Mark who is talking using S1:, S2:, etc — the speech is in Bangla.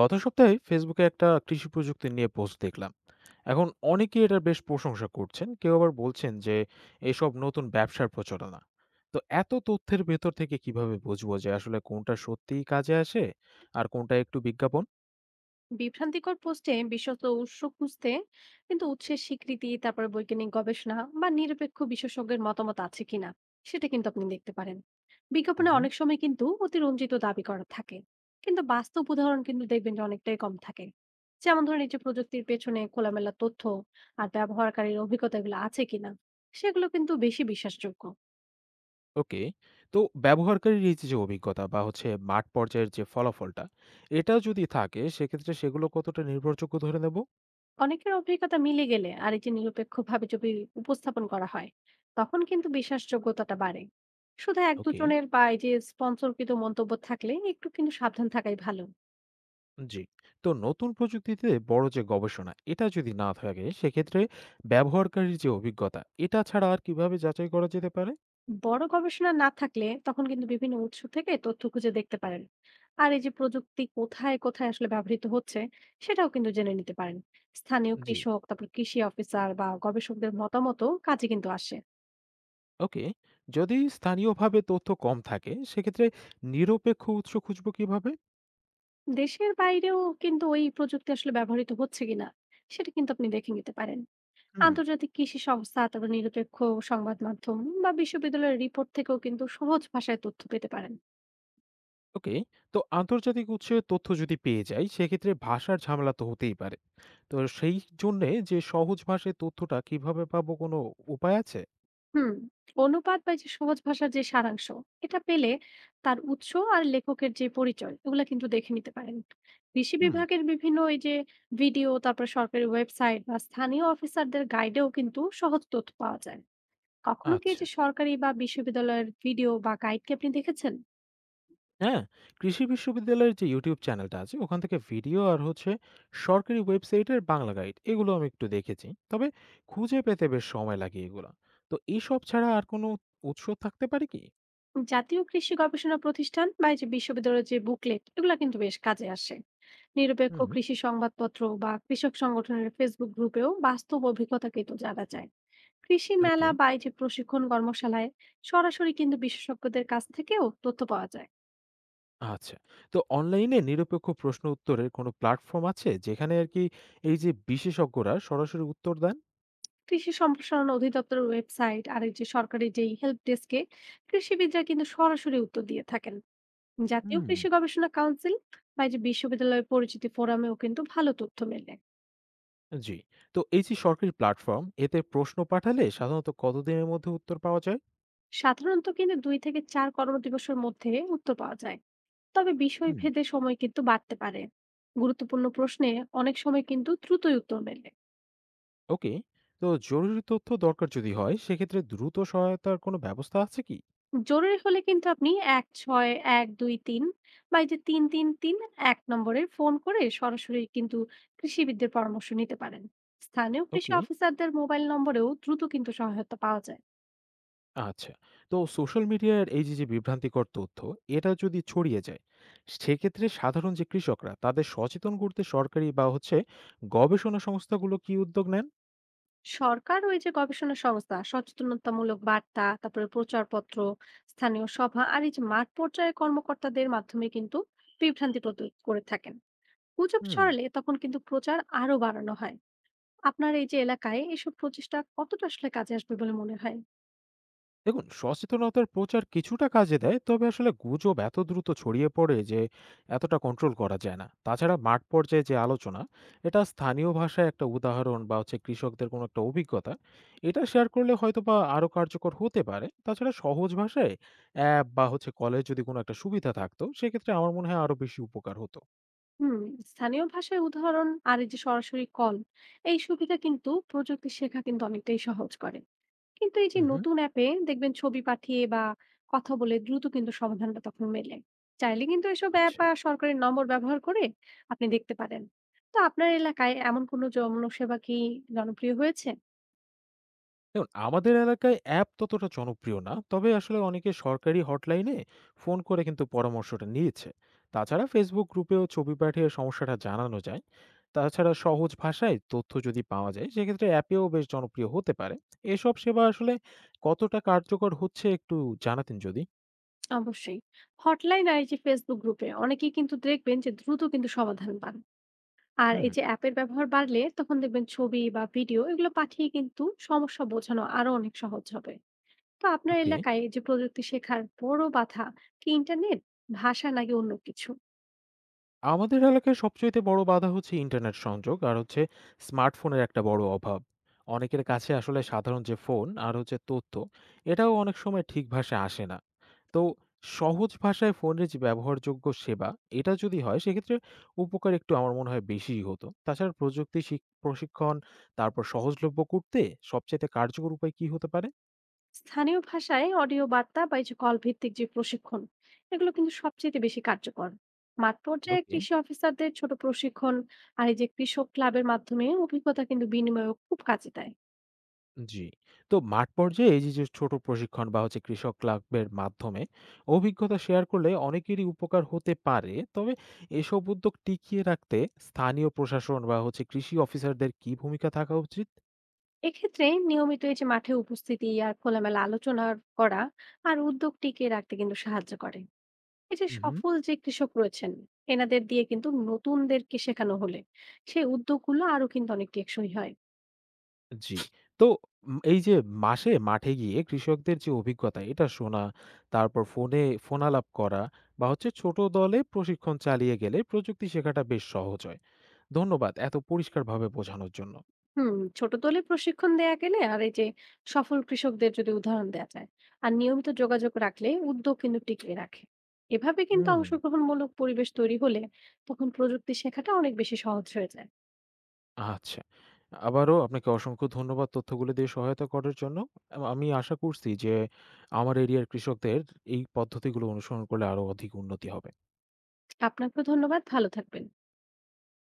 S1: গত সপ্তাহে ফেসবুকে একটা কৃষি প্রযুক্তি নিয়ে পোস্ট দেখলাম এখন অনেকে এটার বেশ প্রশংসা করছেন, কেউ আবার বলছেন যে এসব নতুন ব্যবসার প্রচারণা। তো এত তথ্যের ভেতর থেকে কিভাবে বুঝবো যে আসলে কোনটা সত্যিই কাজে আসে আর কোনটা একটু বিজ্ঞাপন?
S2: বিভ্রান্তিকর পোস্টে বিশ্বস্ত উৎস খুঁজতে কিন্তু উৎসের স্বীকৃতি, তারপরে বৈজ্ঞানিক গবেষণা বা নিরপেক্ষ বিশেষজ্ঞের মতামত আছে কিনা সেটা কিন্তু আপনি দেখতে পারেন। বিজ্ঞাপনে
S1: হুম।
S2: অনেক সময় কিন্তু অতিরঞ্জিত দাবি করা থাকে, কিন্তু বাস্তব উদাহরণ কিন্তু দেখবেন যে অনেকটাই কম থাকে। যেমন ধরেন এই যে প্রযুক্তির পেছনে খোলামেলা তথ্য আর ব্যবহারকারীর অভিজ্ঞতাগুলো আছে কিনা সেগুলো কিন্তু বেশি বিশ্বাসযোগ্য।
S1: ওকে। তো ব্যবহারকারীর এই যে অভিজ্ঞতা বা হচ্ছে মাঠ পর্যায়ের যে ফলাফলটা, এটা যদি থাকে সেক্ষেত্রে সেগুলো কতটা নির্ভরযোগ্য ধরে নেব?
S2: অনেকের অভিজ্ঞতা মিলে গেলে আর এই যে নিরপেক্ষভাবে যদি উপস্থাপন করা হয় তখন কিন্তু বিশ্বাসযোগ্যতাটা বাড়ে। শুধু এক
S1: ওকে।
S2: দুজনের বা এই যে স্পন্সরকৃত মন্তব্য থাকলে একটু কিন্তু সাবধান থাকাই ভালো।
S1: জি। তো নতুন প্রযুক্তিতে বড় যে গবেষণা, এটা যদি না থাকে সেক্ষেত্রে ব্যবহারকারীর যে অভিজ্ঞতা, এটা ছাড়া আর কিভাবে যাচাই করা যেতে পারে?
S2: বড় গবেষণা না থাকলে তখন কিন্তু বিভিন্ন উৎস থেকে তথ্য খুঁজে দেখতে পারেন। আর এই যে প্রযুক্তি কোথায় কোথায় আসলে ব্যবহৃত হচ্ছে সেটাও কিন্তু জেনে নিতে পারেন। স্থানীয়
S1: জি।
S2: কৃষক, তারপর কৃষি অফিসার বা গবেষকদের মতামতও কাজে কিন্তু আসে।
S1: ওকে। যদি স্থানীয়ভাবে তথ্য কম থাকে সেক্ষেত্রে নিরপেক্ষ উৎস খুঁজবো কিভাবে?
S2: দেশের বাইরেও কিন্তু ওই প্রযুক্তি আসলে ব্যবহৃত হচ্ছে কিনা সেটা কিন্তু আপনি দেখে নিতে পারেন।
S1: হুম।
S2: আন্তর্জাতিক কৃষি সংস্থা, তারপর নিরপেক্ষ সংবাদ মাধ্যম বা বিশ্ববিদ্যালয়ের রিপোর্ট থেকেও কিন্তু সহজ ভাষায় তথ্য পেতে পারেন।
S1: ওকে। তো আন্তর্জাতিক উৎসের তথ্য যদি পেয়ে যাই সেক্ষেত্রে ভাষার ঝামেলা তো হতেই পারে। তো সেই জন্যে যে সহজ ভাষায় তথ্যটা কিভাবে পাবো, কোনো উপায় আছে?
S2: হুম অনুপাত বা এই যে সহজ ভাষার যে সারাংশ এটা পেলে তার উৎস আর লেখকের যে পরিচয় এগুলা কিন্তু দেখে নিতে পারেন। কৃষি
S1: হুম।
S2: বিভাগের বিভিন্ন এই যে ভিডিও, তারপর সরকারি ওয়েবসাইট বা স্থানীয় অফিসারদের গাইডেও কিন্তু সহজ তথ্য পাওয়া যায়। কখনো কি এই
S1: আচ্ছা।
S2: যে সরকারি বা বিশ্ববিদ্যালয়ের ভিডিও বা গাইড কি আপনি দেখেছেন?
S1: হ্যাঁ, কৃষি বিশ্ববিদ্যালয়ের যে YouTube চ্যানেলটা আছে ওখান থেকে ভিডিও আর হচ্ছে সরকারি ওয়েবসাইটের বাংলা গাইড, এগুলো আমি একটু দেখেছি। তবে খুঁজে পেতে বেশ সময় লাগে এগুলা। তো এসব ছাড়া আর কোনো উৎস থাকতে পারে কি?
S2: জাতীয় কৃষি গবেষণা প্রতিষ্ঠান বা এই যে বিশ্ববিদ্যালয়ের যে বুকলেট এগুলা কিন্তু বেশ কাজে আসে। নিরপেক্ষ
S1: হুম।
S2: কৃষি সংবাদপত্র বা কৃষক সংগঠনের ফেসবুক গ্রুপেও বাস্তব অভিজ্ঞতা কিন্তু জানা যায়। কৃষি
S1: ওকে।
S2: মেলা বা এই যে প্রশিক্ষণ কর্মশালায় সরাসরি কিন্তু বিশেষজ্ঞদের কাছ থেকেও তথ্য পাওয়া যায়।
S1: আচ্ছা। তো অনলাইনে নিরপেক্ষ প্রশ্ন উত্তরের কোনো প্ল্যাটফর্ম আছে যেখানে আর কি এই যে বিশেষজ্ঞরা সরাসরি উত্তর দেন?
S2: কৃষি সম্প্রসারণ অধিদপ্তরের ওয়েবসাইট আর এই যে সরকারি যেই হেল্প ডেস্কে কৃষিবিদরা কিন্তু সরাসরি উত্তর দিয়ে থাকেন। জাতীয়
S1: হুম।
S2: কৃষি গবেষণা কাউন্সিল বা এই যে বিশ্ববিদ্যালয় পরিচিতি ফোরামেও কিন্তু ভালো তথ্য মেলে।
S1: জি। তো এই যে সরকারি প্ল্যাটফর্ম এতে প্রশ্ন পাঠালে সাধারণত কতদিনের মধ্যে উত্তর পাওয়া যায়?
S2: সাধারণত কিন্তু দুই থেকে চার কর্মদিবসের মধ্যে উত্তর পাওয়া যায়, তবে বিষয়
S1: হুম।
S2: ভেদে সময় কিন্তু বাড়তে পারে। গুরুত্বপূর্ণ প্রশ্নে অনেক সময় কিন্তু দ্রুতই উত্তর মেলে।
S1: ওকে। তো জরুরি তথ্য দরকার যদি হয় সেক্ষেত্রে দ্রুত সহায়তার কোনো ব্যবস্থা আছে কি?
S2: জরুরি হলে কিন্তু আপনি 16123 বা এই যে 3331 নম্বরে ফোন করে সরাসরি কিন্তু কৃষিবিদদের পরামর্শ নিতে পারেন। স্থানীয় কৃষি
S1: ওকে।
S2: অফিসারদের মোবাইল নম্বরেও দ্রুত কিন্তু সহায়তা পাওয়া যায়।
S1: আচ্ছা। তো সোশ্যাল মিডিয়ার এই যে যে বিভ্রান্তিকর তথ্য, এটা যদি ছড়িয়ে যায় সেক্ষেত্রে সাধারণ যে কৃষকরা, তাদের সচেতন করতে সরকারি বা হচ্ছে গবেষণা সংস্থাগুলো কি উদ্যোগ নেন?
S2: সরকার, ওই যে গবেষণা সংস্থা সচেতনতামূলক বার্তা, তারপরে প্রচারপত্র, স্থানীয় সভা আর এই যে মাঠ পর্যায়ে কর্মকর্তাদের মাধ্যমে কিন্তু বিভ্রান্তি প্রতিরোধ করে থাকেন। গুজব
S1: হুম।
S2: ছড়ালে তখন কিন্তু প্রচার আরো বাড়ানো হয়। আপনার এই যে এলাকায় এসব প্রচেষ্টা কতটা আসলে কাজে আসবে বলে মনে হয়?
S1: দেখুন সচেতনতার প্রচার কিছুটা কাজে দেয়, তবে আসলে গুজব এত দ্রুত ছড়িয়ে পড়ে যে এতটা কন্ট্রোল করা যায় না। তাছাড়া মাঠ পর্যায়ে যে আলোচনা, এটা স্থানীয় ভাষায় একটা উদাহরণ বা হচ্ছে কৃষকদের কোনো একটা অভিজ্ঞতা, এটা শেয়ার করলে হয়তো বা আরো কার্যকর হতে পারে। তাছাড়া সহজ ভাষায় অ্যাপ বা হচ্ছে কলেজ যদি কোনো একটা সুবিধা থাকতো সেক্ষেত্রে আমার মনে হয় আরো বেশি উপকার হতো।
S2: হুম স্থানীয় ভাষায় উদাহরণ আর এই যে সরাসরি কল, এই সুবিধা কিন্তু প্রযুক্তি শেখা কিন্তু অনেকটাই সহজ করে। কিন্তু এই যে
S1: হুম হুম।
S2: নতুন অ্যাপে দেখবেন ছবি পাঠিয়ে বা কথা বলে দ্রুত কিন্তু সমাধানটা তখন মেলে। চাইলে কিন্তু এসব অ্যাপ
S1: আচ্ছা।
S2: বা সরকারি নম্বর ব্যবহার করে আপনি দেখতে পারেন। তো আপনার এলাকায় এমন কোনো জনসেবা কি জনপ্রিয় হয়েছে?
S1: দেখুন আমাদের এলাকায় অ্যাপ ততটা জনপ্রিয় না, তবে আসলে অনেকে সরকারি হটলাইনে ফোন করে কিন্তু পরামর্শটা নিয়েছে। তাছাড়া ফেসবুক গ্রুপেও ছবি পাঠিয়ে সমস্যাটা জানানো যায়। তাছাড়া সহজ ভাষায় তথ্য যদি পাওয়া যায় সেক্ষেত্রে অ্যাপেও বেশ জনপ্রিয় হতে পারে। এসব সেবা আসলে কতটা কার্যকর হচ্ছে একটু জানাতেন যদি।
S2: অবশ্যই। হটলাইন আর এই যে ফেসবুক গ্রুপে অনেকেই কিন্তু দেখবেন যে দ্রুত কিন্তু সমাধান পান। আর
S1: হুম।
S2: এই যে অ্যাপের ব্যবহার বাড়লে তখন দেখবেন ছবি বা ভিডিও এগুলো পাঠিয়ে কিন্তু সমস্যা বোঝানো আরো অনেক সহজ হবে। তো আপনার
S1: ওকে।
S2: এলাকায় এই যে প্রযুক্তি শেখার বড় বাধা কি ইন্টারনেট, ভাষা নাকি অন্য কিছু?
S1: আমাদের এলাকায় সবচাইতে বড় বাধা হচ্ছে ইন্টারনেট সংযোগ আর হচ্ছে স্মার্টফোনের একটা বড় অভাব। অনেকের কাছে আসলে সাধারণ যে ফোন আর হচ্ছে তথ্য, এটাও অনেক সময় ঠিক ভাষায় আসে না। তো সহজ ভাষায় ফোনের যে ব্যবহারযোগ্য সেবা, এটা যদি হয় সেক্ষেত্রে উপকার একটু আমার মনে হয় বেশিই হতো। তাছাড়া প্রযুক্তি শিক প্রশিক্ষণ, তারপর সহজলভ্য করতে সবচাইতে কার্যকর উপায় কি হতে পারে?
S2: স্থানীয় ভাষায় অডিও বার্তা বা এই যে কল ভিত্তিক যে প্রশিক্ষণ এগুলো কিন্তু সবচেয়ে বেশি কার্যকর। মাঠ পর্যায়ে
S1: ওকে।
S2: কৃষি অফিসারদের ছোট প্রশিক্ষণ আর এই যে কৃষক ক্লাবের মাধ্যমে অভিজ্ঞতা কিন্তু বিনিময়ও খুব কাজে দেয়।
S1: জি। তো মাঠ পর্যায়ে এই যে, যে ছোট প্রশিক্ষণ বা হচ্ছে কৃষক ক্লাবের মাধ্যমে অভিজ্ঞতা শেয়ার করলে অনেকেরই উপকার হতে পারে। তবে এসব উদ্যোগ টিকিয়ে রাখতে স্থানীয় প্রশাসন বা হচ্ছে কৃষি অফিসারদের কি ভূমিকা থাকা উচিত?
S2: এক্ষেত্রে নিয়মিত এই যে মাঠে উপস্থিতি আর খোলামেলা আলোচনা করা আর উদ্যোগ টিকিয়ে রাখতে কিন্তু সাহায্য করে। এই যে
S1: উম হুম।
S2: সফল যে কৃষক রয়েছেন এনাদের দিয়ে কিন্তু নতুনদেরকে শেখানো হলে সেই উদ্যোগগুলো আরো কিন্তু অনেক টেকসই হয়।
S1: জি। তো এই যে মাসে মাঠে গিয়ে কৃষকদের যে অভিজ্ঞতা এটা শোনা, তারপর ফোনে ফোনালাপ করা বা হচ্ছে ছোট দলে প্রশিক্ষণ চালিয়ে গেলে প্রযুক্তি শেখাটা বেশ সহজ হয়। ধন্যবাদ এত পরিষ্কারভাবে বোঝানোর জন্য।
S2: ছোট দলে প্রশিক্ষণ দেয়া গেলে আর এই যে সফল কৃষকদের যদি উদাহরণ দেয়া যায় আর নিয়মিত যোগাযোগ রাখলে উদ্যোগ কিন্তু টিকিয়ে রাখে। এভাবে কিন্তু
S1: হুম।
S2: অংশগ্রহণমূলক পরিবেশ তৈরি হলে তখন প্রযুক্তি শেখাটা অনেক বেশি সহজ হয়ে যায়।
S1: আচ্ছা। আবারও আপনাকে অসংখ্য ধন্যবাদ তথ্যগুলো দিয়ে সহায়তা করার জন্য। আমি আশা করছি যে আমার এরিয়ার কৃষকদের এই পদ্ধতিগুলো অনুসরণ করলে আরো অধিক উন্নতি হবে।
S2: আপনাকেও ধন্যবাদ, ভালো থাকবেন।